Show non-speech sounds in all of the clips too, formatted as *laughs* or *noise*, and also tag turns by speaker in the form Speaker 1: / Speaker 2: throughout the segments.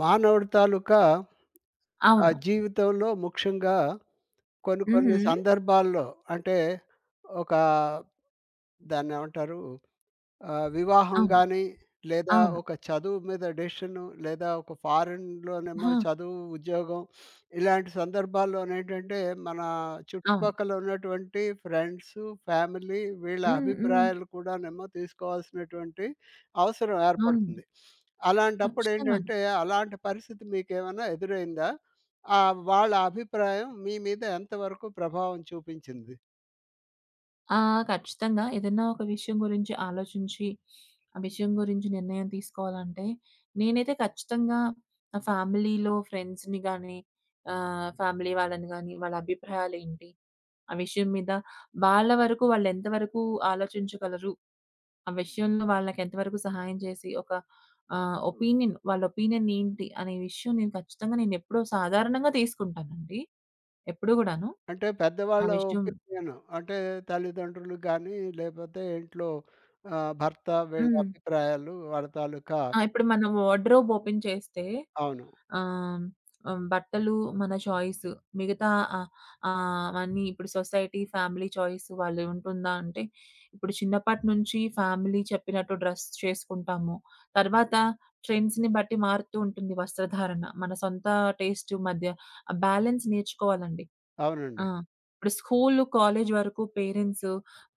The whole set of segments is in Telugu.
Speaker 1: మానవుడి తాలూకా ఆ
Speaker 2: అవును.
Speaker 1: జీవితంలో ముఖ్యంగా కొన్ని
Speaker 2: హుహు.
Speaker 1: కొన్ని సందర్భాల్లో అంటే ఒక దాన్నేమంటారు? వివాహం
Speaker 2: అవును.
Speaker 1: గాని, లేదా
Speaker 2: అవును.
Speaker 1: ఒక చదువు మీద డెసిషను, లేదా ఒక ఫారెన్‌లోనేమో
Speaker 2: ఆ!
Speaker 1: చదువు, ఉద్యోగం ఇలాంటి సందర్భాల్లోనేంటంటే, మన
Speaker 2: అవును.
Speaker 1: చుట్టుపక్కల ఉన్నటువంటి ఫ్రెండ్సు, ఫ్యామిలీ వీళ్ళ
Speaker 2: హ్మ్. హ్మ్.
Speaker 1: అభిప్రాయాలు కూడానేమో తీసుకోవాల్సినటువంటి అవసరం
Speaker 2: అవునండి.
Speaker 1: ఏర్పడుతుంది.
Speaker 2: ఖచ్చితంగాను.
Speaker 1: అలాంటప్పుడేంటంటే, అలాంటి పరిస్థితి మీకేమైనా ఎదురైందా? వాళ్ళ అభిప్రాయం మీ మీద ఎంతవరకు ప్రభావం చూపించింది?
Speaker 2: ఆ! ఖచ్చితంగా. ఏదైనా ఒక విషయం గురించి ఆలోచించి, ఆ విషయం గురించి నిర్ణయం తీసుకోవాలంటే, నేనైతే ఖచ్చితంగా నా ఫ్యామిలీలో ఫ్రెండ్స్‌ని గానీ, ఫ్యామిలీ వాళ్ళని గానీ, వాళ్ళ అభిప్రాయాలేంటి? ఆ విషయం మీద వాళ్ళ వరకు వాళ్ళెంత వరకు ఆలోచించగలరు? ఆ విషయంలో వాళ్ళకి ఎంత వరకు సహాయం చేసి ఒక ఒపీనియన్ వాళ్ళ ఒపీనియన్ ఏంటి అనే విషయం నేను ఖచ్చితంగా నేనెప్పుడూ సాధారణంగా తీసుకుంటానండి. ఎప్పుడు గూడాను.
Speaker 1: అంటే
Speaker 2: ఆ
Speaker 1: పెద్దవాళ్ళ
Speaker 2: విషయం
Speaker 1: ఒపీనియన్ అంటే తల్లిదండ్రులు కానీ, లేపోతే ఇంట్లో భర్త వీళ్ళ
Speaker 2: హ్మ్.
Speaker 1: అభిప్రాయాలు వాళ్ళ తాలూకా.
Speaker 2: ఆ! ఇప్పుడు మనం వార్డ్‌రోబ్ ఓపెన్ చేస్తే
Speaker 1: అవును.
Speaker 2: ఆహ్, హ్మ్, బట్టలు మన చాయిస్. మిగతా ఆహ్, అవన్నీ ఇప్పుడు సొసైటీ, ఫ్యామిలీ చాయిస్ వాళ్ళు ఉంటుందా అంటే, ఇప్పుడు చిన్నప్పటి నుంచి ఫ్యామిలీ చెప్పినట్టు డ్రెస్ చేసుకుంటాము. తర్వాత ట్రెండ్స్‌ని బట్టి మారుతూ ఉంటుంది వస్త్రధారణ. మన సొంత టేస్ట్ మధ్య ఆ బ్యాలెన్స్ నేర్చుకోవాలండి. ఆ!
Speaker 1: అవునండి.
Speaker 2: ఇప్పుడు స్కూలు, కాలేజు వరకు పేరెంట్సు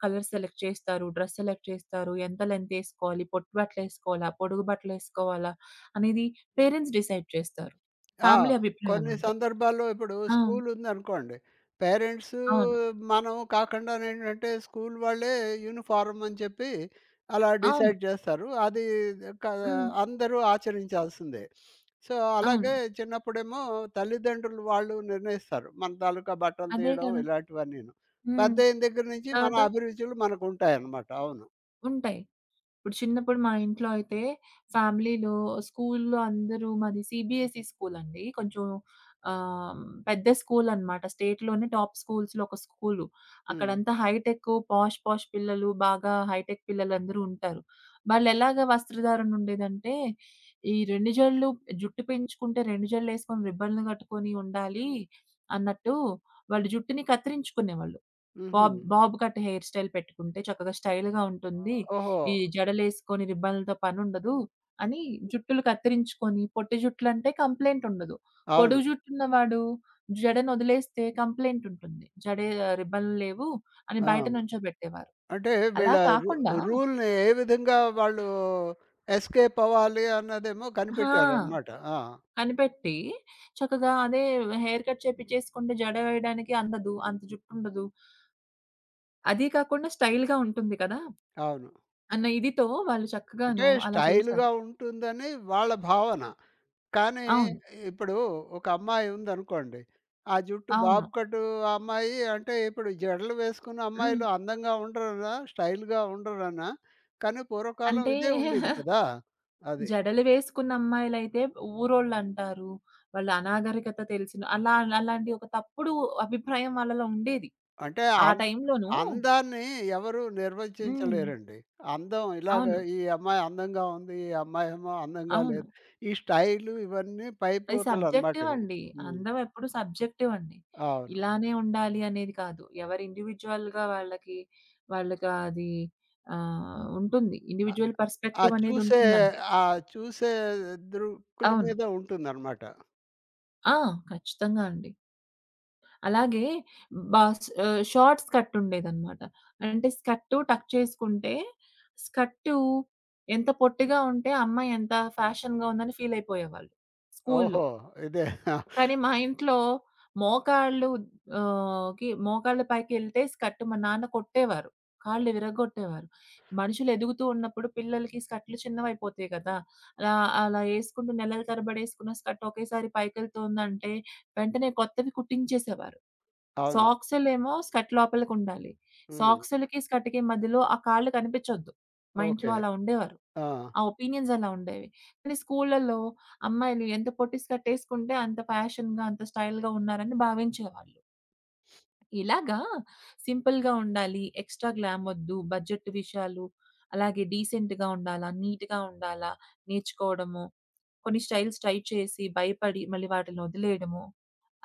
Speaker 2: కలర్ సెలెక్ట్ చేస్తారు. డ్రెస్ సెలెక్ట్ చేస్తారు. ఎంత లెంతేసుకోవాలి, పొట్టు బట్టలేసుకోవాలా, పొడుగు బట్టలేసుకోవాలా అనేది పేరెంట్స్ డిసైడ్ చేస్తారు.
Speaker 1: ఆ!
Speaker 2: ఫ్యామిలీ
Speaker 1: కొన్ని
Speaker 2: అభిప్రాయాలుంటాయి.
Speaker 1: సందర్భాల్లో ఇప్పుడు
Speaker 2: ఆ!
Speaker 1: స్కూల్ ఉందనుకోండి. పేరెంట్స్
Speaker 2: అవును.
Speaker 1: మనం కాకుండానేంటంటే స్కూల్ వాళ్ళే యూనిఫార్మ్ అని చెప్పి అలా
Speaker 2: అవును.
Speaker 1: డిసైడ్ చేస్తారు. అది క
Speaker 2: హ్మ్.
Speaker 1: అందరూ ఆచరించాల్సిందే. సో,
Speaker 2: అవును.
Speaker 1: అలాగే చిన్నప్పుడేమో తల్లిదండ్రులు వాళ్ళు నిర్ణయిస్తారు. మన తాలూకా బట్టలు
Speaker 2: అదే
Speaker 1: తీయడం
Speaker 2: కదా!
Speaker 1: ఇలాంటివన్నీను.
Speaker 2: హ్మ్.
Speaker 1: పెద్దయిన దగ్గర నుంచి మన
Speaker 2: తర్వాత
Speaker 1: అభిరుచులు మనకుంటాయన్నమాట. అవును.
Speaker 2: ఉంటాయి. ఇప్పుడు చిన్నప్పుడు మా ఇంట్లో అయితే ఫ్యామిలీలో, స్కూలులో అందరూ మాది సీబీఎస్ఈ స్కూలండి. కొంచెం ఆహ్, పెద్ద స్కూలనమాట. స్టేట్‌లోనే టాప్ స్కూల్స్‌లో ఒక స్కూలు.
Speaker 1: హ్మ్.
Speaker 2: అక్కడంతా హైటెక్, పాష్ పాష్ పిల్లలు, బాగా హైటెక్ పిల్లలందరూ ఉంటారు. వాళ్ళెలాగా వస్త్రధారణ ఉండేదంటే, ఈ 2 జడలు జుట్టు పెంచుకుంటే 2 జడలేసుకొని రిబ్బన్‌లు కట్టుకొని ఉండాలి అన్నట్టు, వాళ్ళు జుట్టుని కత్తిరించుకునేవాళ్ళు.
Speaker 1: హుహు.
Speaker 2: Bob bob cut hair style పెట్టుకుంటే చక్కగా స్టైల్‌గా ఉంటుంది.
Speaker 1: ఓహో!
Speaker 2: ఈ జడలేసుకొని రిబ్బన్‌లతో పనుండదు అని జుట్టులు కత్తిరించుకొని పొట్టి జుట్లంటే కంప్లెయింట్ ఉండదు. పొడుగు
Speaker 1: అవును.
Speaker 2: జుట్టున్నవాడు జడనొదిలేస్తే కంప్లెయింట్ ఉంటుంది. జడే రిబ్బన్‌లు లేవు అని
Speaker 1: ఆ!
Speaker 2: బయట నుంచోబెట్టేవారు.
Speaker 1: అంటే
Speaker 2: అలా
Speaker 1: వీళ్ళ రు
Speaker 2: కాకుండా
Speaker 1: రూల్‌ని ఏ విధంగా వాళ్ళు ఎస్కేప్ అవ్వాలి అన్నదేమో
Speaker 2: ఆ!
Speaker 1: కనిపెట్టారనమాట. ఆ!
Speaker 2: కనిపెట్టి చక్కగా అదే హెయిర్ కట్ చేపిచ్చేసుకుంటే జడ వేయడానికి అందదు. అంత జుట్టుండదు. అదీ కాకుండా స్టైల్‌గా ఉంటుంది కదా!
Speaker 1: అవును.
Speaker 2: అన్న ఇదితో వాళ్ళు
Speaker 1: అంటే
Speaker 2: చక్కగాను అలా చేశారు.
Speaker 1: స్టైల్‌గా ఉంటుందని వాళ్ళ భావన. కానీ
Speaker 2: అవును.
Speaker 1: ఇప్పుడు ఒక అమ్మాయి ఉందనుకోండి. ఆ జుట్టు
Speaker 2: అవును.
Speaker 1: బాబు కట్ అమ్మాయి అంటే ఇప్పుడు జడలు వేసుకున్న
Speaker 2: హ్మ్.
Speaker 1: అమ్మాయిలు అందంగా ఉండరనా? స్టైల్‌గా ఉండరనా? కానీ పూర్వకాలం
Speaker 2: అంటే
Speaker 1: ఇదే ఉండేది
Speaker 2: *laughs*
Speaker 1: కదా! అది.
Speaker 2: జడలు వేసుకున్న అమ్మాయిలైతే ఊరోళ్ళంటారు. వాళ్ళ అనాగరికత తెలిసిన అలా అలాంటి ఒక తప్పుడు అభిప్రాయం వాళ్ళలో ఉండేది.
Speaker 1: అంటే
Speaker 2: ఆ టైంలోనూ
Speaker 1: అందాన్ని ఎవరు
Speaker 2: హ్మ్.
Speaker 1: నిర్వచించలేరండి. అందం ఇలాగ
Speaker 2: అవును.
Speaker 1: ఈ అమ్మాయి అందంగా ఉంది. ఈ అమ్మాయేమో అందంగా
Speaker 2: అవును.
Speaker 1: లేదు. ఈ స్టైలు ఇవన్నీ
Speaker 2: అది
Speaker 1: పైపోతలనమాట
Speaker 2: సబ్జెక్టివ్
Speaker 1: ఇవి.
Speaker 2: అండి.
Speaker 1: హ్మ్.
Speaker 2: అందం ఎప్పుడు సబ్జెక్టివ్ అండి.
Speaker 1: అవును.
Speaker 2: ఇలానే ఉండాలి అనేది కాదు. ఎవరి ఇండివిడ్యుయల్‌గా వాళ్ళకి వాళ్ళకి అది ఉంటుంది. ఇండివిడ్యుయల్
Speaker 1: ఆ
Speaker 2: పర్స్పెక్టివ్ అనేది
Speaker 1: చూసే
Speaker 2: ఉంటుందండి.
Speaker 1: ఆ చూసే దృక్కుల
Speaker 2: అవును.
Speaker 1: మీద ఉంటుందనమాట.
Speaker 2: ఆ! ఖచ్చితంగా అండి. అలాగే బాస్ షార్ట్ స్కర్ట్ ఉండేదనమాట. అంటే స్కర్ట్ టక్ చేసుకుంటే, స్కర్టు ఎంత పొట్టిగా ఉంటే, అమ్మాయి ఎంత ఫ్యాషన్‌గా ఉందని ఫీల్ అయిపోయేవాళ్ళు స్కూల్‌లో.
Speaker 1: ఓహో! ఇదే. *laughs*
Speaker 2: కానీ మా ఇంట్లో మోకాళ్ళు ఆహ్, కి మోకాళ్ళ పైకెళ్తే స్కర్ట్ మా నాన్న కొట్టేవారు. కాళ్ళు విరగ్గొట్టేవారు. మనుషులు ఎదుగుతూ ఉన్నప్పుడు పిల్లలకి స్కర్ట్‌లు చిన్నవైపోతాయి కదా! అలా అలా యేసుకుంటూ నెలల తరబడి యేసుకున్న స్కర్ట్ ఒకేసారి పైకెళ్తోందంటే వెంటనే కొత్తవి కుట్టించేసేవారు.
Speaker 1: అవును.
Speaker 2: సాక్సులేమో స్కర్ట్ లోపలికుండాలి.
Speaker 1: హ్మ్.
Speaker 2: సాక్సులకి, స్కర్ట్‌కి మధ్యలో ఆ కాళ్ళు కనిపించొద్దు. మా ఇంట్లో
Speaker 1: ఓకే.
Speaker 2: అలా ఉండేవారు.
Speaker 1: ఆ!
Speaker 2: ఆ ఒపీనియన్స్ అలా ఉండేవి. కానీ స్కూళ్ళలో అమ్మాయిలు ఎంత పొట్టిస్ కట్టేసుకుంటే అంత ఫ్యాషన్‌గా, అంత స్టైల్‌గా ఉన్నారని భావించేవాళ్ళు. ఇలాగా సింపుల్‌గా ఉండాలి, ఎక్స్‌ట్రా గ్లామొద్దు, బడ్జెట్ విషయాలు, అలాగే డీసెంట్‌గా ఉండాలా, నీట్‌గా ఉండాలా, నేర్చుకోవడము, కొన్ని స్టైల్స్ ట్రై చేసి భయపడి మళ్ళీ వాటిల్ని వదిలేయడము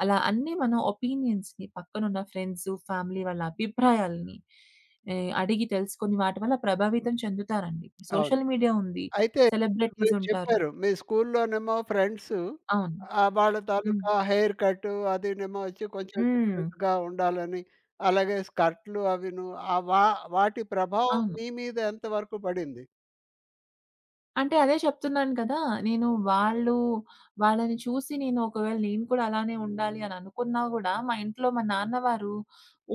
Speaker 2: అలా అన్నీ మనం ఒపీనియన్స్‌ని పక్కనున్న ఫ్రెండ్సు, ఫ్యామిలీ వాళ్ళ అభిప్రాయాల్ని అడిగి తెలుసుకొని వాటి వల్ల ప్రభావితం చెందుతారండి.
Speaker 1: అవును.
Speaker 2: సోషల్ మీడియా ఉంది.
Speaker 1: అయితే ఇప్పుడు
Speaker 2: సెలబ్రిటీస్
Speaker 1: మీరు
Speaker 2: ఉంటారు.
Speaker 1: చెప్పారు. మీ స్కూల్లోనేమో ఫ్రెండ్సు
Speaker 2: అవును.
Speaker 1: వాళ్ళ
Speaker 2: హ్మ్.
Speaker 1: తాలూకా హెయిర్ కట్టు అదీనేమో వచ్చి కొంచెం
Speaker 2: హ్మ్.
Speaker 1: డిఫరెంట్‌గా ఉండాలని, అలాగే స్కర్ట్‌లు అవిను ఆ వా వాటి ప్రభావం
Speaker 2: అవును.
Speaker 1: మీ మీద ఎంతవరకు పడింది?
Speaker 2: అంటే అదే చెప్తున్నాను కదా! నేను వాళ్ళు వాళ్ళని చూసి నేను ఒకవేళ నేను కూడా అలానే ఉండాలి అని అనుకున్నా గూడా మా ఇంట్లో మా నాన్నవారు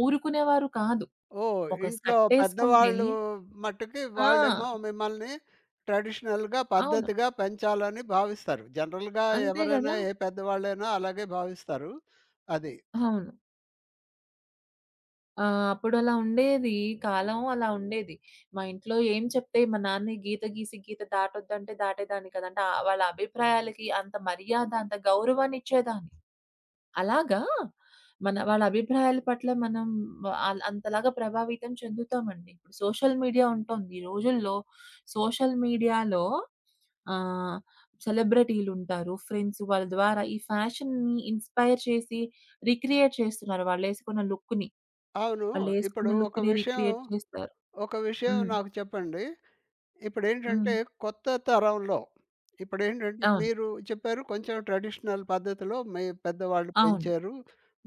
Speaker 2: ఊరుకునేవారు కాదు.
Speaker 1: ఓహ్!
Speaker 2: ఒక
Speaker 1: ఇంట్లో
Speaker 2: స్కర్టేసుకుంటే
Speaker 1: పెద్దవాళ్ళు మట్టుకి వాళ్ళేమో
Speaker 2: ఆ!
Speaker 1: మిమ్మల్ని ట్రెడిషనల్‌గా,
Speaker 2: అవును.
Speaker 1: పద్ధతిగా పెంచాలని భావిస్తారు. జనరల్‌గా
Speaker 2: అంతే గదా!
Speaker 1: ఎవరైనా ఏ పెద్దవాళ్ళైనా అలాగే భావిస్తారు. అది.
Speaker 2: అవును. ఆ! అప్పుడలా ఉండేది. కాలం అలా ఉండేది. మా ఇంట్లో ఏం చెప్తే మా నాన్న ఈ గీత గీసి గీత దాటొద్దంటే దాటేదాన్ని కాదు. అంటే వాళ్ళ అభిప్రాయాలకి అంత మర్యాద, అంత గౌరవాన్ని ఇచ్చేదాన్ని. అలాగా మన వాళ్ళ అభిప్రాయాల పట్ల మనం ఆల్ అంతలాగా ప్రభావితం చెందుతామండి. ఇప్పుడు సోషల్ మీడియా ఉంటుంది. ఈ రోజుల్లో సోషల్ మీడియాలో ఆహ్, సెలబ్రిటీలుంటారు. ఫ్రెండ్స్ వాళ్ళ ద్వారా ఈ ఫ్యాషన్‌ని ఇన్‌స్పైర్ చేసి రీక్రియేట్ చేస్తున్నారు వాళ్ళేసుకున్న లుక్‌ని.
Speaker 1: అవును.
Speaker 2: వాళ్ళేసుకున్న
Speaker 1: ఇప్పుడు ఒక
Speaker 2: లుక్‌ని
Speaker 1: విషయం,
Speaker 2: రీక్రియేట్ చేస్తారు.
Speaker 1: ఒక విషయం
Speaker 2: హ్మ్.
Speaker 1: నాకు చెప్పండి.
Speaker 2: హ్మ్.
Speaker 1: ఇప్పుడేంటంటే కొత్త తరంలో ఇప్పుడేంటంటే
Speaker 2: అవును.
Speaker 1: మీరు చెప్పారు కొంచెం ట్రెడిషనల్ పద్ధతిలో మీ పెద్దవాళ్ళు
Speaker 2: అవును.
Speaker 1: పెంచారు.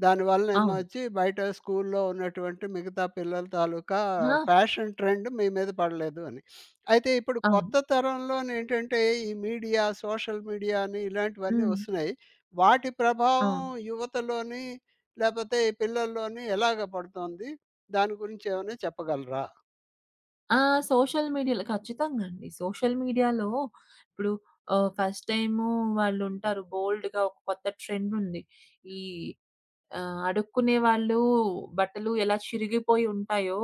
Speaker 1: దానివల్ల ఏమో
Speaker 2: అవును.
Speaker 1: వచ్చి బయట స్కూల్లో ఉన్నటువంటి మిగతా పిల్లల తాలూకా
Speaker 2: ఆ!
Speaker 1: ఫ్యాషన్ ట్రెండ్ మీ మీద పడలేదు అని. అయితే ఇప్పుడు
Speaker 2: అవును.
Speaker 1: కొత్త తరంలోనేంటంటే ఈ మీడియా, సోషల్ మీడియా అని ఇలాంటివన్నీ
Speaker 2: హ్మ్.
Speaker 1: వస్తున్నాయి. వాటి
Speaker 2: ఆ!
Speaker 1: ప్రభావం యువతలోని లేపోతే ఈ పిల్లల్లోని ఎలాగ పడుతోంది? దాని గురించి ఏమైనా చెప్పగలరా?
Speaker 2: ఆ! సోషల్ మీడియాలో ఖచ్చితంగా అండి. సోషల్ మీడియాలో ఇప్పుడు ఫస్ట్ టైము వాళ్ళుంటారు బోల్డ్‌గా ఒక కొత్త ట్రెండుంది. ఈ అడుక్కునే వాళ్ళు బట్టలు ఎలా చిరిగిపోయి ఉంటాయో,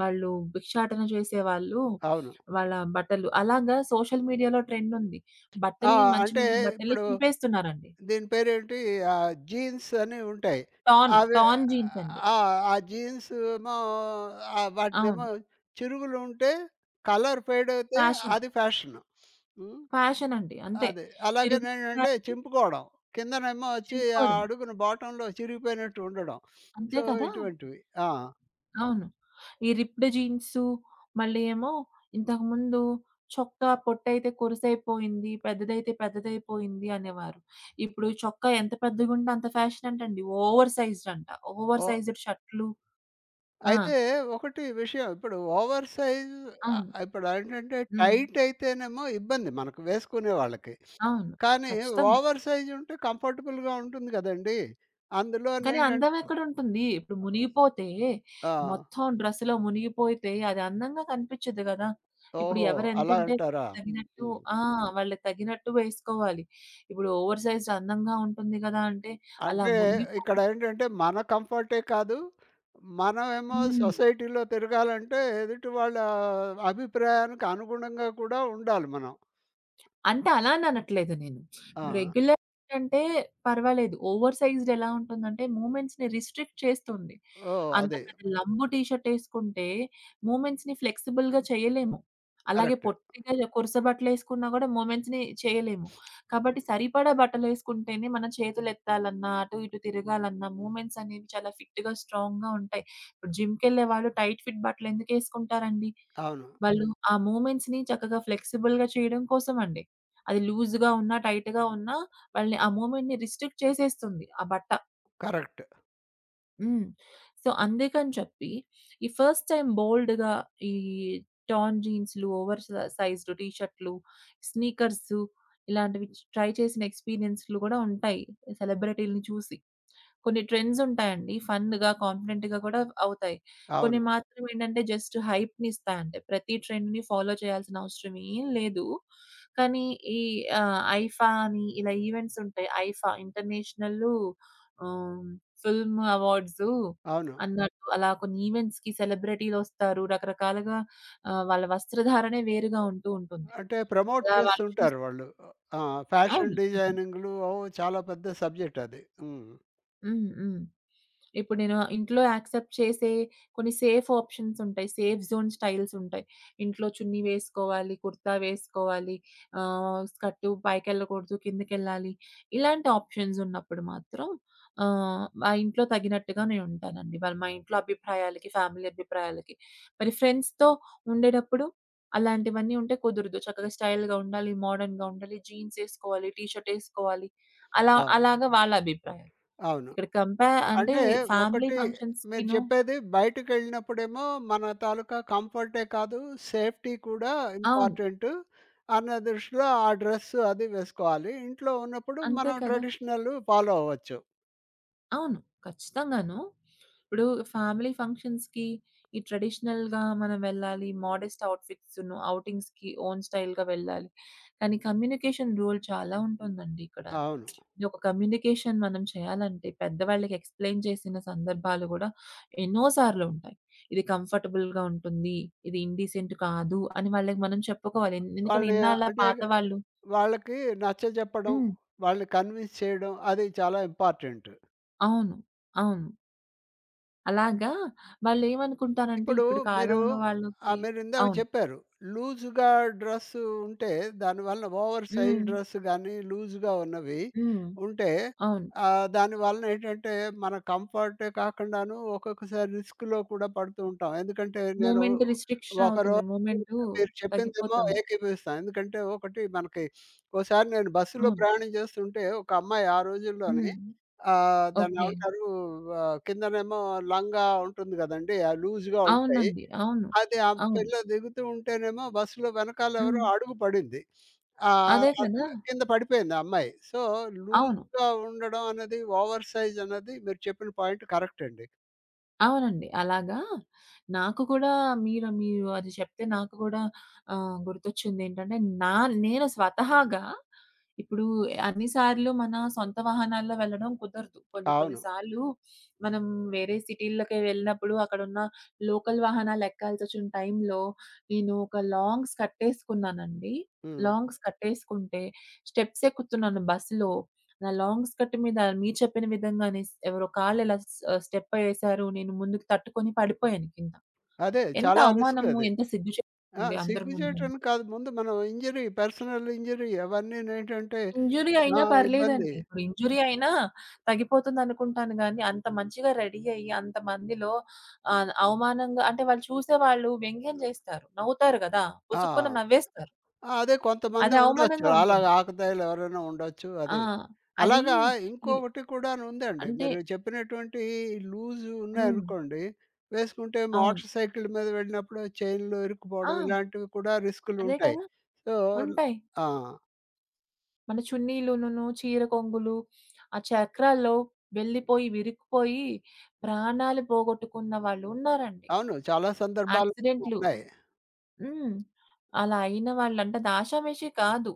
Speaker 2: వాళ్ళు భిక్షాటన చేసేవాళ్ళు,
Speaker 1: అవును.
Speaker 2: వాళ్ళ బట్టలు అలాగా సోషల్ మీడియాలో ట్రెండుంది.
Speaker 1: ఆ!
Speaker 2: బట్టల్ని మంచి
Speaker 1: అంటే
Speaker 2: మంచి బట్టల్ని
Speaker 1: ఇప్పుడు
Speaker 2: చింపేస్తున్నారండి.
Speaker 1: దీని పేరేంటి? జీన్స్ అని ఉంటాయి.
Speaker 2: టాన్,
Speaker 1: అవి
Speaker 2: టాన్ జీన్స్ అండి.
Speaker 1: ఆ! ఆ జీన్స్ ఏమో
Speaker 2: అవును.
Speaker 1: వాటినేమో చిరుగులు ఉంటే కలర్ ఫేడ్ అయితే
Speaker 2: ఫ్యాషన్,
Speaker 1: అది ఫ్యాషన్. హ్మ్.
Speaker 2: ఫ్యాషన్ అండి అంతే.
Speaker 1: అది.
Speaker 2: చిరుగులు
Speaker 1: అలాగేనేంటంటే చింపుకోవడం. కిందనేమో వచ్చి ఆ
Speaker 2: చింపుకోవడమే.
Speaker 1: అడుగున బాటంలో చిరిగిపోయినట్టు ఉండడం.
Speaker 2: అంతే
Speaker 1: సో,
Speaker 2: కదా!
Speaker 1: ఇటువంటివి. ఆ!
Speaker 2: అవును. ఈ రిప్డ్ జీన్సు, మళ్ళీ ఏమో ఇంతకుముందు చొక్కా పొట్టయితే కొరుసైపోయింది, పెద్దదైతే పెద్దదైపోయింది అనేవారు. ఇప్పుడు చొక్కా ఎంత పెద్దగుంటే అంత ఫ్యాషన్ అంటండి. ఓవర్ సైజ్డ్ అంట. ఓవర్
Speaker 1: ఓ
Speaker 2: సైజ్డ్ షర్టులు. ఆ!
Speaker 1: అయితే ఒకటి విషయం ఇప్పుడు ఓవర్ సైజ్.
Speaker 2: అవును.
Speaker 1: ఇప్పుడు ఏంటంటే
Speaker 2: హ్మ్.
Speaker 1: టైట్ అయితేనేమో ఇబ్బంది మనకు వేసుకునే వాళ్ళకి.
Speaker 2: అవును.
Speaker 1: కానీ
Speaker 2: ఖచ్చితంగా.
Speaker 1: ఓవర్ సైజ్ ఉంటే కంఫర్టబుల్‌గా ఉంటుంది గదండీ!
Speaker 2: కానీ
Speaker 1: అందులోనేంటంటే
Speaker 2: అందమెక్కడుంటుంది? ఇప్పుడు మునిగిపోతే,
Speaker 1: ఆ!
Speaker 2: మొత్తం డ్రెస్‌లో మునిగిపోతే అది అందంగా కనిపిచ్చదు గదా! ఇప్పుడు
Speaker 1: ఓహో! అలా
Speaker 2: ఎవరెంతుంటే
Speaker 1: అంటారా?
Speaker 2: తగినట్టు
Speaker 1: హ్మ్.
Speaker 2: ఆ! వాళ్ళకి తగినట్టు వేసుకోవాలి. ఇప్పుడు ఓవర్ సైజ్డ్ అందంగా ఉంటుంది గదా! అంటే అలా
Speaker 1: అంటే
Speaker 2: మునిగిపోయి
Speaker 1: ఇక్కడేంటంటే మన కంఫర్టే కాదు, మనమేమో
Speaker 2: హ్మ్.
Speaker 1: సొసైటీలో తిరగాలంటే ఎదుటి వాళ్ళ అభిప్రాయానికి అనుగుణంగా కూడా ఉండాలి మనం.
Speaker 2: అంటే అలా అని అనట్లేదు నేను.
Speaker 1: ఆ!
Speaker 2: రెగ్యులర్ అంటే పర్వాలేదు. ఓవర్ సైజ్డ్ ఎలా ఉంటుందంటే మూవ్‌మెంట్స్‌ని రిస్ట్రిక్ట్ చేస్తుంది.
Speaker 1: ఓహ్!
Speaker 2: అంత
Speaker 1: అదే.
Speaker 2: పెద్ద లంబు టీ షర్టేసుకుంటే మూమెంట్స్‌ని ఫ్లెక్సిబుల్‌గా చేయలేము. అలాగే
Speaker 1: కరెక్ట్.
Speaker 2: పొట్టిగా కొరుస బట్టలేసుకున్నా గూడా మూమెంట్స్‌ని చేయలేము. కాబట్టి సరిపడా బట్టలేసుకుంటేనే మనం చేతులెత్తాలన్నా, అటు ఇటు తిరగాలన్నా మూమెంట్స్ అనేవి చాలా ఫిట్‌గా, స్ట్రాంగ్‌గా ఉంటాయి. ఇప్పుడు జిమ్‌కెళ్ళే వాళ్ళు టైట్ ఫిట్ బట్టలెందుకేసుకుంటారండి?
Speaker 1: అవును.
Speaker 2: వాళ్ళు ఆ మూమెంట్స్‌ని చక్కగా ఫ్లెక్సిబుల్‌గా చేయడం కోసమండి. అది లూజ్‌గా ఉన్నా, టైట్‌గా ఉన్నా వాళ్ళని ఆ మూమెంట్‌ని రిస్ట్రిక్ట్ చేసేస్తుంది ఆ బట్ట.
Speaker 1: కరెక్ట్.
Speaker 2: హ్మ్. సో, అందుకని చెప్పి ఈ ఫస్ట్ టైమ్ బోల్డ్‌గా ఈ టార్న్ జీన్స్‌లు, ఓవర్ స సైజ్డ్ టీ షర్ట్‌లు, స్నీకర్సు ఇలాంటివి ట్రై చేసిన ఎక్స్‌పీరియన్స్‌లు గూడా ఉంటాయి సెలబ్రిటీలని చూసి. కొన్ని ట్రెండ్స్ ఉంటాయండి. ఫన్‌గా, కాన్ఫిడెంట్‌గా కూడా అవుతాయి. కొన్ని
Speaker 1: అవును.
Speaker 2: మాత్రం ఏంటంటే జస్ట్ హైప్‌నిస్తాయంతే. ప్రతి ట్రెండ్‌ని ఫాలో చేయాల్సిన అవసరం ఏం లేదు. కానీ ఈ ఐఫా అని ఇలా ఈవెంట్స్ ఉంటాయి. ఐఫా ఇంటర్నేషనల్లు ఆహ్, ఫిల్మ్ అవార్డ్సు
Speaker 1: అవును.
Speaker 2: అన్నట్టు అలా కొన్ని ఈవెంట్స్‌కి సెలబ్రిటీలొస్తారు. రకరకాలుగా వాళ్ళ వస్త్రధారణే వేరుగా ఉంటూ ఉంటుంది.
Speaker 1: అంటే ప్రమోట్
Speaker 2: అలా వాళ్ళు చూసి
Speaker 1: చేస్తుంటారు వాళ్ళు. ఆ!
Speaker 2: అవును.
Speaker 1: ఫ్యాషన్ డిజైనింగ్‌లు ఓహ్! చాలా పెద్ద సబ్జెక్ట్ అది. హ్మ్.
Speaker 2: హ్మ్. హ్మ్. ఇప్పుడు నేను ఇంట్లో యాక్సెప్ట్ చేసే కొన్ని సేఫ్ ఆప్షన్స్ ఉంటాయి. సేఫ్ జోన్ స్టైల్స్ ఉంటాయి. ఇంట్లో చున్నీ వేసుకోవాలి, కుర్తా వేసుకోవాలి, స్కర్ట్ పైకెళ్ళకూడదు, కిందకెళ్ళాలి. ఇలాంటి ఆప్షన్స్ ఉన్నప్పుడు మాత్రం మా ఇంట్లో తగినట్టుగా నేనుంటానండి. వాళ్ళు మా ఇంట్లో అభిప్రాయాలకి, ఫ్యామిలీ అభిప్రాయాలకి. మరి ఫ్రెండ్స్‌తో ఉండేటప్పుడు అలాంటివన్నీ ఉంటే కుదరదు. చక్కగా స్టైల్‌గా ఉండాలి, మోడర్న్‌గా ఉండాలి, జీన్స్ ఏసుకోవాలి, టీ షర్ట్ ఏసుకోవాలి. అలా
Speaker 1: అవును.
Speaker 2: అలాగా వాళ్ళ అభిప్రాయం.
Speaker 1: అవును.
Speaker 2: ఇక్కడ కంపేర్ అంటే
Speaker 1: అంటే
Speaker 2: ఫ్యామిలీ
Speaker 1: ఒకటి మీరు
Speaker 2: ఫంక్షన్స్‌కిను
Speaker 1: చెప్పేది బయటికెళ్ళినప్పుడేమో మన తాలూకా కంఫర్టే కాదు, సేఫ్టీ కూడా
Speaker 2: అవును.
Speaker 1: ఇంపార్టెంటు అన్న దృష్టిలో ఆ డ్రెస్సు అది వేసుకోవాలి. ఇంట్లో ఉన్నప్పుడు
Speaker 2: అంతే
Speaker 1: మనం
Speaker 2: కదా!
Speaker 1: ట్రెడిషనల్ ఫాలో అవ్వచ్చు.
Speaker 2: అవును. ఖచ్చితంగాను. ఇప్పుడు ఫ్యామిలీ ఫంక్షన్స్‌కి ఈ ట్రెడిషనల్‌గా మనం వెళ్ళాలి. మోడెస్ట్ అవుట్‌ఫిట్స్‌ను ఔటింగ్స్‌కి ఓన్ స్టైల్‌గా వెళ్ళాలి. కానీ కమ్యూనికేషన్ రోల్ చాలా ఉంటుందండి ఇక్కడ.
Speaker 1: అవును.
Speaker 2: ఈ ఒక కమ్యూనికేషన్ మనం చేయాలంటే పెద్దవాళ్ళకి ఎక్స్‌ప్లెయిన్ చేసిన సందర్భాలు గూడా ఎన్నో సార్లు ఉంటాయి. ఇది కంఫర్టబుల్‌గా ఉంటుంది. ఇది ఇండీసెంట్ కాదు అని వాళ్ళకి మనం చెప్పుకోవాలి. ఎందుకంటే
Speaker 1: వాళ్ళని
Speaker 2: ఇన్నాళ్ళ
Speaker 1: అంటే
Speaker 2: పాత వాళ్ళు
Speaker 1: వాళ్ళకి నచ్చజెప్పడం,
Speaker 2: హ్మ్.
Speaker 1: వాళ్ళని కన్విన్స్ చేయడం అది చాలా ఇంపార్టెంట్.
Speaker 2: అవును. అవును. అలాగా వాళ్ళేమనుకుంటారంటే
Speaker 1: ఇప్పుడు
Speaker 2: ఇప్పుడు
Speaker 1: మీరు
Speaker 2: కాలంలో వాళ్ళకి
Speaker 1: మీరిందాక
Speaker 2: అవును.
Speaker 1: చెప్పారు. లూజ్‌గా డ్రెస్సు ఉంటే దానివలన ఓవర్ సైజ్
Speaker 2: హ్మ్.
Speaker 1: డ్రెస్ గానీ, లూజ్‌గా ఉన్నవి
Speaker 2: హ్మ్.
Speaker 1: ఉంటే
Speaker 2: అవును.
Speaker 1: దానివలన ఏంటంటే మన కంఫర్టే కాకుండాను ఒక్కొక్కసారి రిస్క్‌లో కూడా పడుతూ ఉంటాం. ఎందుకంటే నేను
Speaker 2: మూమెంట్ రిస్ట్రిక్షన్ అవుతుంది.
Speaker 1: ఒకరోజు
Speaker 2: మూమెంటు
Speaker 1: మీరు చెప్పిందేమో
Speaker 2: తగ్గిపోతుంది.
Speaker 1: ఏకీభవిస్తాను. ఎందుకంటే ఒకటి మనకి ఓసారి నేను బస్సులో
Speaker 2: అవును.
Speaker 1: ప్రయాణం చేస్తుంటే ఒక అమ్మాయి ఆ రోజుల్లోని
Speaker 2: హ్మ్. ఓకే.
Speaker 1: దాన్నేమంటారు కిందనేమో లంగా ఉంటుంది గదండీ! ఆ లూజ్‌గా ఉంటాయి.
Speaker 2: అవునండి. అవును.
Speaker 1: అది ఆ
Speaker 2: అవును.
Speaker 1: పిల్ల దిగుతూ ఉంటేనేమో బస్సులో వెనకాల ఎవరో
Speaker 2: హ్మ్.
Speaker 1: అడుగు పడింది.
Speaker 2: అదే కదా!
Speaker 1: అసలు కింద పడిపోయింది ఆ అమ్మాయి. సో,
Speaker 2: అవును.
Speaker 1: లూజ్‌గా ఉండడం అన్నది, ఓవర్ సైజ్ అన్నది మీరు చెప్పిన పాయింట్ కరెక్ట్ అండి.
Speaker 2: అవునండి. అలాగా నాకు కూడా మీరు మీరు అది చెప్తే నాకు కూడా గుర్తొచ్చిందేంటంటే, నా నేను స్వతహాగా ఇప్పుడు అన్ని సార్లు మన సొంత వాహనాల్లో వెళ్ళడం కుదరదు. కొన్ని కొన్ని
Speaker 1: అవును.
Speaker 2: సార్లు మనం వేరే సిటీ‌లకి వెళ్ళినప్పుడు అక్కడున్న లోకల్ వాహనాలు ఎక్కాల్సొచ్చిన టైంలో నేను ఒక లాంగ్స్ కట్టేసుకున్నానండి.
Speaker 1: హ్మ్.
Speaker 2: లాంగ్స్ కట్టేసుకుంటే స్టెప్స్ ఎక్కుతున్నాను బస్సులో నా లాంగ్ స్కర్ట్ మీద మీరు చెప్పిన విధంగానే ఎవరో కాళ్ళిలా స్టెప్ ఏసారు. నేను ముందుకు తట్టుకొని పడిపోయాను కింద.
Speaker 1: అదే
Speaker 2: ఎంత
Speaker 1: చాలా రిస్క్
Speaker 2: అవమానము,
Speaker 1: అది.
Speaker 2: ఎంత
Speaker 1: ఆ!
Speaker 2: సిగ్గుచేటండి అందరి ముందు.
Speaker 1: సిగ్గుచేటని కాదు. ముందు మనం ఇంజరీ పర్సనల్ ఇంజరీ అవన్నీనేంటంటే
Speaker 2: ఇంజ్యూరీ
Speaker 1: ఆ!
Speaker 2: అయినా
Speaker 1: ఇబ్బంది.
Speaker 2: పర్లేదండి. ఇప్పుడు ఇంజ్యూరీ అయినా తగ్గిపోతుందనుకుంటాను గానీ, అంత మంచిగా రెడీ అయ్యి అంతమందిలో అవమానంగా అంటే వాళ్ళు చూసేవాళ్ళు వ్యంగ్యం జేస్తారు. నవ్వుతారు గదా!
Speaker 1: ఆ!
Speaker 2: పుసుక్కున నవ్వేస్తారు.
Speaker 1: ఆ! అదే కొంతమంది
Speaker 2: అది
Speaker 1: ఉండొచ్చు.
Speaker 2: అవమానంగా ఉంటుంది.
Speaker 1: అలాగా ఆకతాయిలు ఎవరైనా ఉండొచ్చు
Speaker 2: ఆ!
Speaker 1: అది.
Speaker 2: అది
Speaker 1: అలాగా
Speaker 2: ఇది
Speaker 1: ఇంకొకటి కూడానుందండి.
Speaker 2: అంటే
Speaker 1: మీరు చెప్పినటువంటి ఈ లూజ్
Speaker 2: హ్మ్.
Speaker 1: ఉన్నాయనుకోండి, వేసుకుంటే
Speaker 2: అవును.
Speaker 1: మోటార్ సైకిల్ మీద వెళ్ళినప్పుడు చైన్‌లో
Speaker 2: ఆ!
Speaker 1: ఇరుక్కుపోవడం ఇలాంటివి కూడా
Speaker 2: అదే
Speaker 1: రిస్కులుంటాయి.
Speaker 2: కదా!
Speaker 1: సో
Speaker 2: ఉంటాయి.
Speaker 1: ఆ!
Speaker 2: మన చున్నీలునును, చీర కొంగులు, ఆ చక్రాల్లో వెళ్ళిపోయి, విరుక్కుపోయి ప్రాణాలు పోగొట్టుకున్న వాళ్ళున్నారండి.
Speaker 1: అవును. చాలా సందర్భాల్లో
Speaker 2: యాక్సిడెంట్లు
Speaker 1: ఉన్నాయి.
Speaker 2: హ్మ్. అలా అయిన వాళ్ళు అంటే అది ఆషామాషీ కాదు.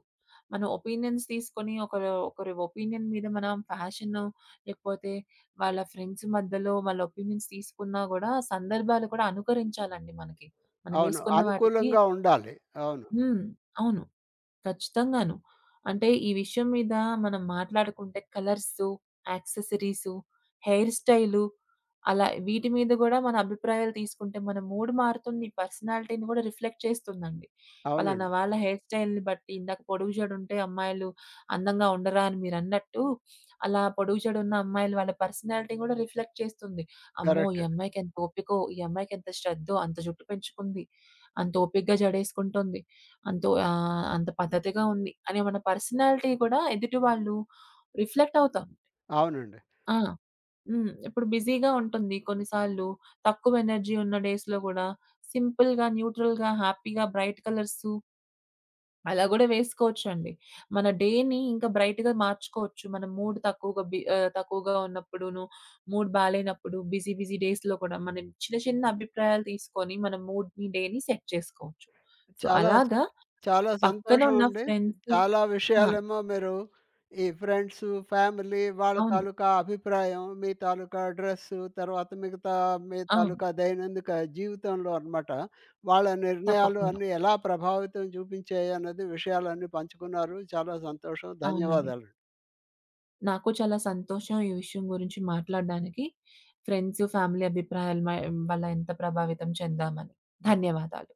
Speaker 2: మన ఒపీనియన్స్ తీసుకొని ఒకరు ఒకరి ఒపీనియన్ మీద మనం ఫ్యాషను లేకపోతే వాళ్ళ ఫ్రెండ్స్ మధ్యలో వాళ్ళ ఒపీనియన్స్ తీసుకున్నా గూడా సందర్భాలు కూడా అనుకరించాలండి మనకి. మనం
Speaker 1: అవును.
Speaker 2: వేసుకున్న వాటికి
Speaker 1: అనుకూలంగా ఉండాలి. అవును.
Speaker 2: హ్మ్. అవును. ఖచ్చితంగాను. అంటే ఈ విషయం మీద మనం మాట్లాడుకుంటే కలర్సు, యాక్సెసరీసు, హెయిర్ స్టైలు అలా వీటి మీద గూడా మన అభిప్రాయాలు తీసుకుంటే మన మూడ్ మారుతుంది. పర్సనాలిటీని గూడా రిఫ్లెక్ట్ చేస్తుందండి. పలానా
Speaker 1: అవునండి.
Speaker 2: వాళ్ళ హెయిర్ స్టైల్‌ని బట్టి ఇందాక పొడుగు జడుంటే అమ్మాయిలు అందంగా ఉండరా అని మీరన్నట్టు, అలా పొడుగు జడున్న అమ్మాయిలు వాళ్ళ పర్సనాలిటీ గూడా రిఫ్లెక్ట్ చేస్తుంది. అమ్మో! ఈ
Speaker 1: కరెక్ట్.
Speaker 2: అమ్మాయికి ఎంత ఓపికో, ఈ అమ్మాయికి ఎంత శ్రద్ధో, అంత జుట్టు పెంచుకుంది. అంత ఓపికగా జడేసుకుంటుంది. అంతో అంత పద్ధతిగా ఉంది అని మన పర్సనాలిటీ కూడా ఎదుటి వాళ్ళు రిఫ్లెక్ట్ అవుతాం.
Speaker 1: అవునండి.
Speaker 2: ఆ! హ్మ్. ఇప్పుడు బిజీగా ఉంటుంది. కొన్నిసార్లు తక్కువ ఎనర్జీ ఉన్న డేస్‌లో గూడా సింపుల్‌గా, న్యూట్రల్‌గా, హ్యాపీగా బ్రైట్ కలర్సు అలా గూడా వేసుకోవచ్చండి. మన డేని ఇంకా బ్రైట్‌గా మార్చుకోవచ్చు. మన మూడ్ తక్కువగా తక్కువగా ఉన్నప్పుడును, మూడ్ బాలేనప్పుడు బిజీ బిజీ డేస్‌లో కూడా మనం చిన్న చిన్న అభిప్రాయాలు తీసుకొని మన మూడ్‌ని, డేని సెట్ చేసుకోవచ్చు. సో,
Speaker 1: చాలా స
Speaker 2: అలాగా
Speaker 1: చాలా
Speaker 2: పక్కన
Speaker 1: సంతోషం
Speaker 2: ఉన్న
Speaker 1: అండి.
Speaker 2: ఫ్రెండ్స్
Speaker 1: చాలా
Speaker 2: ఆ!
Speaker 1: విషయాలేమో మీరు ఈ ఫ్రెండ్స్, ఫ్యామిలీ వాళ్ళ
Speaker 2: అవును.
Speaker 1: తాలూకా అభిప్రాయం, మీ తాలూకా డ్రెస్సు, తర్వాత మిగతా మీ
Speaker 2: అవును.
Speaker 1: తాలూకా దైనందిక జీవితంలో అనమాట. వాళ్ళ నిర్ణయాలు
Speaker 2: తప్పకుండా.
Speaker 1: అన్నీ ఎలా ప్రభావితం చూపించాయి అన్నది విషయాలన్నీ పంచుకున్నారు. చాలా సంతోషం.
Speaker 2: అవునండి.
Speaker 1: ధన్యవాదాలు.
Speaker 2: నాకు చాలా సంతోషం ఈ విషయం గురించి మాట్లాడడానికి. ఫ్రెండ్స్, ఫ్యామిలీ అభిప్రాయాలు వల్ల ఎంత ప్రభావితం చెందామని. ధన్యవాదాలు.